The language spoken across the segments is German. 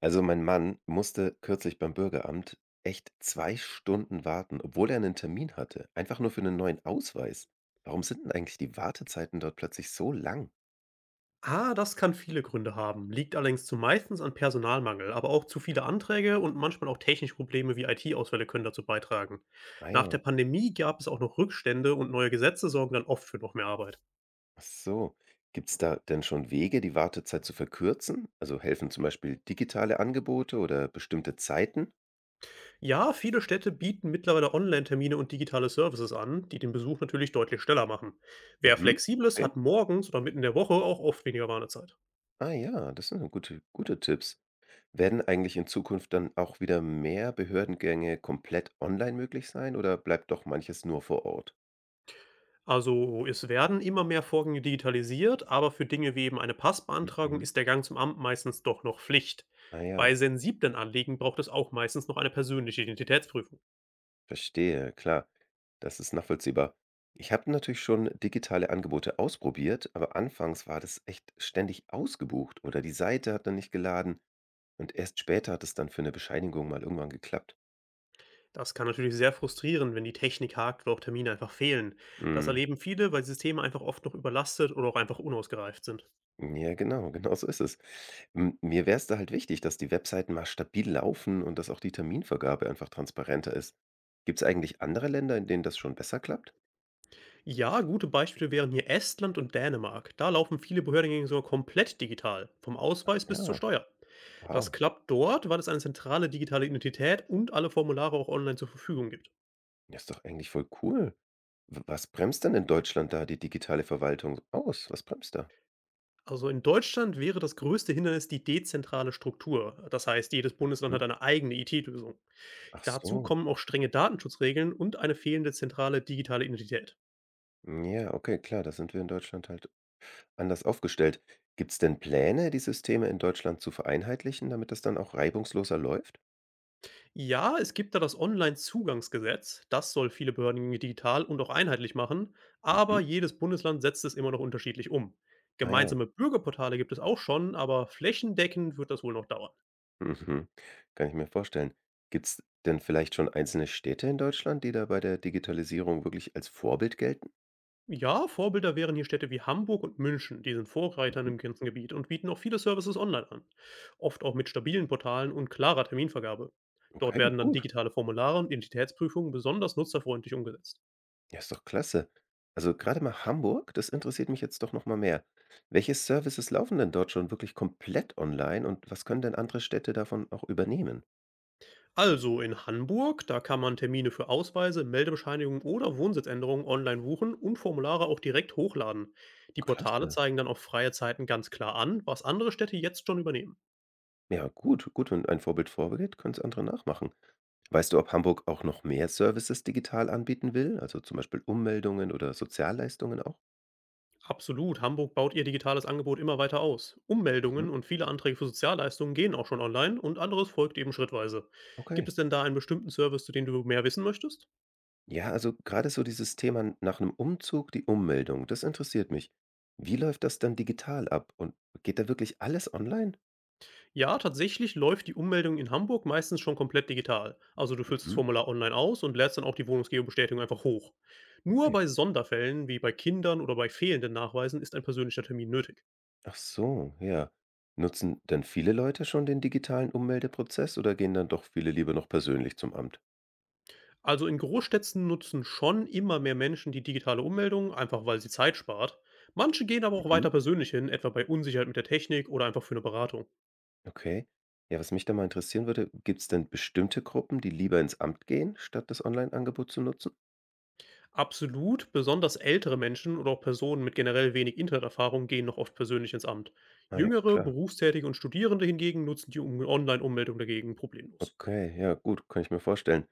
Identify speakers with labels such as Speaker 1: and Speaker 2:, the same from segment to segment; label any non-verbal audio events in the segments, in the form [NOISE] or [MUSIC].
Speaker 1: Also mein Mann musste kürzlich beim Bürgeramt echt zwei Stunden warten, obwohl er einen Termin hatte. Einfach nur für einen neuen Ausweis. Warum sind denn eigentlich die Wartezeiten dort plötzlich so lang?
Speaker 2: Das kann viele Gründe haben, liegt allerdings zumeistens an Personalmangel, aber auch zu viele Anträge und manchmal auch technische Probleme wie IT-Ausfälle können dazu beitragen.
Speaker 1: Ah
Speaker 2: Nach
Speaker 1: ja,
Speaker 2: der Pandemie gab es auch noch Rückstände und neue Gesetze sorgen dann oft für noch mehr Arbeit.
Speaker 1: ach so. Gibt es da denn schon Wege, die Wartezeit zu verkürzen? Also helfen zum Beispiel digitale Angebote oder bestimmte Zeiten?
Speaker 2: Ja, viele Städte bieten mittlerweile Online-Termine und digitale Services an, die den Besuch natürlich deutlich schneller machen. Wer
Speaker 1: Mhm,
Speaker 2: flexibel ist, hat
Speaker 1: okay.
Speaker 2: morgens oder mitten in der Woche auch oft weniger Warnezeit.
Speaker 1: Ah ja, das sind ja gute Tipps. Werden eigentlich in Zukunft dann auch wieder mehr Behördengänge komplett online möglich sein oder bleibt doch manches nur vor Ort?
Speaker 2: Also, es werden immer mehr Vorgänge digitalisiert, aber für Dinge wie eben eine
Speaker 1: Mhm.
Speaker 2: Passbeantragung
Speaker 1: Mhm.
Speaker 2: ist der Gang zum Amt meistens doch noch Pflicht.
Speaker 1: Ah ja,
Speaker 2: Bei sensiblen Anliegen braucht es auch meistens noch eine persönliche Identitätsprüfung.
Speaker 1: verstehe, klar. Das ist nachvollziehbar. Ich habe natürlich schon digitale Angebote ausprobiert, aber anfangs war das echt ständig ausgebucht oder die Seite hat dann nicht geladen und erst später hat es dann für eine Bescheinigung mal irgendwann geklappt.
Speaker 2: Das kann natürlich sehr frustrieren, wenn die Technik hakt oder auch Termine einfach fehlen. Das
Speaker 1: Mhm.
Speaker 2: erleben viele, weil Systeme einfach oft noch überlastet oder auch einfach unausgereift sind.
Speaker 1: Ja, genau so ist es. Hm, mir wäre es da halt wichtig, dass die Webseiten mal stabil laufen und dass auch die Terminvergabe einfach transparenter ist. Gibt es eigentlich andere Länder, in denen das schon besser klappt?
Speaker 2: Ja, gute Beispiele wären hier Estland und Dänemark. Da laufen viele Behördengänge sogar komplett digital, vom Ausweis bis zur
Speaker 1: Ja,
Speaker 2: Steuer. Das
Speaker 1: wow.
Speaker 2: klappt dort, weil es eine zentrale digitale Identität und alle Formulare auch online zur Verfügung gibt.
Speaker 1: Ja, ist doch eigentlich voll cool. W was bremst denn in Deutschland da die digitale Verwaltung aus? Was bremst da?
Speaker 2: Also in Deutschland wäre das größte Hindernis die dezentrale Struktur. Das heißt, jedes Bundesland
Speaker 1: Mhm.
Speaker 2: hat eine eigene IT-Lösung.
Speaker 1: Ach
Speaker 2: Dazu
Speaker 1: so.
Speaker 2: kommen auch strenge Datenschutzregeln und eine fehlende zentrale digitale Identität.
Speaker 1: Hm, ja, okay, klar, da sind wir in Deutschland halt anders aufgestellt. Gibt's denn Pläne, die Systeme in Deutschland zu vereinheitlichen, damit das dann auch reibungsloser läuft?
Speaker 2: Ja, es gibt da das Online-Zugangsgesetz. Das soll viele Behörden digital und auch einheitlich machen,
Speaker 1: Mhm.
Speaker 2: aber jedes Bundesland setzt es immer noch unterschiedlich um.
Speaker 1: Ah ja,
Speaker 2: Gemeinsame Bürgerportale gibt es auch schon, aber flächendeckend wird das wohl noch dauern.
Speaker 1: mhm. Kann ich mir vorstellen. Gibt's denn vielleicht schon einzelne Städte in Deutschland, die da bei der Digitalisierung wirklich als Vorbild gelten?
Speaker 2: Ja, Vorbilder wären hier Städte wie Hamburg und München, die sind Vorreitern
Speaker 1: Mhm.
Speaker 2: im ganzen Gebiet und bieten auch viele Services online an, oft auch mit stabilen Portalen und klarer Terminvergabe. Dort
Speaker 1: Okay,
Speaker 2: werden dann
Speaker 1: gut.
Speaker 2: digitale Formulare und Identitätsprüfungen besonders nutzerfreundlich umgesetzt.
Speaker 1: Ja, ist doch klasse. Also gerade mal Hamburg, das interessiert mich jetzt doch noch mal mehr. Welche Services laufen denn dort schon wirklich komplett online und was können denn andere Städte davon auch übernehmen?
Speaker 2: Also in Hamburg, da kann man Termine für Ausweise, Meldebescheinigungen oder Wohnsitzänderungen online buchen und Formulare auch direkt hochladen.
Speaker 1: Ja,
Speaker 2: Die Portale
Speaker 1: klasse.
Speaker 2: zeigen dann auch freie Zeiten ganz klar an, was andere Städte jetzt schon übernehmen.
Speaker 1: Ja, gut, wenn ein Vorbild vorgeht, können es andere nachmachen. Weißt du, ob Hamburg auch noch mehr Services digital anbieten will? Also zum Beispiel Ummeldungen oder Sozialleistungen auch?
Speaker 2: Absolut, Hamburg baut ihr digitales Angebot immer weiter aus.
Speaker 1: Mhm.
Speaker 2: Ummeldungen und viele Anträge für Sozialleistungen gehen auch schon online und anderes folgt eben schrittweise. Gibt
Speaker 1: Okay.
Speaker 2: es denn da einen bestimmten Service, zu dem du mehr wissen möchtest?
Speaker 1: Ja, also gerade so dieses Thema nach einem Umzug, die Ummeldung, das interessiert mich. Wie läuft das dann digital ab? Und geht da wirklich alles online?
Speaker 2: Ja, tatsächlich läuft die Ummeldung in Hamburg meistens schon komplett digital. Also du füllst das
Speaker 1: Mhm.
Speaker 2: Formular online aus und lädst dann auch die Wohnungsgeobestätigung einfach hoch. Nur
Speaker 1: Okay.
Speaker 2: bei Sonderfällen wie bei Kindern oder bei fehlenden Nachweisen ist ein persönlicher Termin nötig.
Speaker 1: Ach so, ja. Nutzen denn viele Leute schon den digitalen Ummeldeprozess oder gehen dann doch viele lieber noch persönlich zum Amt?
Speaker 2: Also in Großstädten nutzen schon immer mehr Menschen die digitale Ummeldung, einfach weil sie Zeit spart. Manche gehen aber auch
Speaker 1: Mhm.
Speaker 2: weiter persönlich hin, etwa bei Unsicherheit mit der Technik oder einfach für eine Beratung.
Speaker 1: Okay. Ja, was mich da mal interessieren würde, gibt es denn bestimmte Gruppen, die lieber ins Amt gehen, statt das Online-Angebot zu nutzen?
Speaker 2: Absolut, besonders ältere Menschen oder auch Personen mit generell wenig Interneterfahrung gehen noch oft persönlich ins Amt.
Speaker 1: Ah ja,
Speaker 2: Jüngere,
Speaker 1: klar.
Speaker 2: Berufstätige und Studierende hingegen nutzen die Online-Ummeldung dagegen problemlos.
Speaker 1: Okay, ja, gut, kann ich mir vorstellen.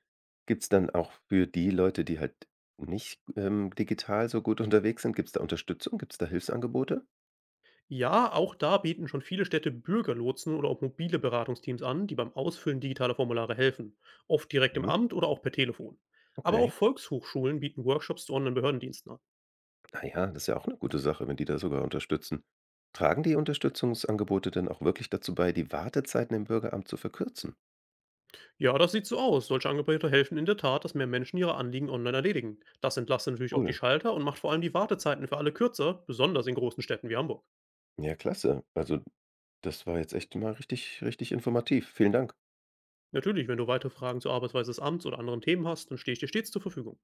Speaker 1: Gibt es dann auch für die Leute, die halt nicht digital so gut [LAUGHS] unterwegs sind, gibt es da Unterstützung? Gibt es da Hilfsangebote?
Speaker 2: Ja, auch da bieten schon viele Städte Bürgerlotsen oder auch mobile Beratungsteams an, die beim Ausfüllen digitaler Formulare helfen, oft direkt im
Speaker 1: Mhm.
Speaker 2: Amt oder auch per Telefon. Aber auch
Speaker 1: Okay.
Speaker 2: Volkshochschulen bieten Workshops zu Online-Behördendiensten an.
Speaker 1: Na ja, das ist ja auch eine gute Sache, wenn die da sogar unterstützen. Tragen die Unterstützungsangebote denn auch wirklich dazu bei, die Wartezeiten im Bürgeramt zu verkürzen?
Speaker 2: Ja, das sieht so aus. Solche Angebote helfen in der Tat, dass mehr Menschen ihre Anliegen online erledigen. Das entlastet natürlich auch die
Speaker 1: Cool.
Speaker 2: Schalter und macht vor allem die Wartezeiten für alle kürzer, besonders in großen Städten wie Hamburg.
Speaker 1: Ja, klasse. Also, das war jetzt echt mal richtig informativ. Vielen Dank.
Speaker 2: Natürlich, wenn du weitere Fragen zur Arbeitsweise des Amts oder anderen Themen hast, dann stehe ich dir stets zur Verfügung.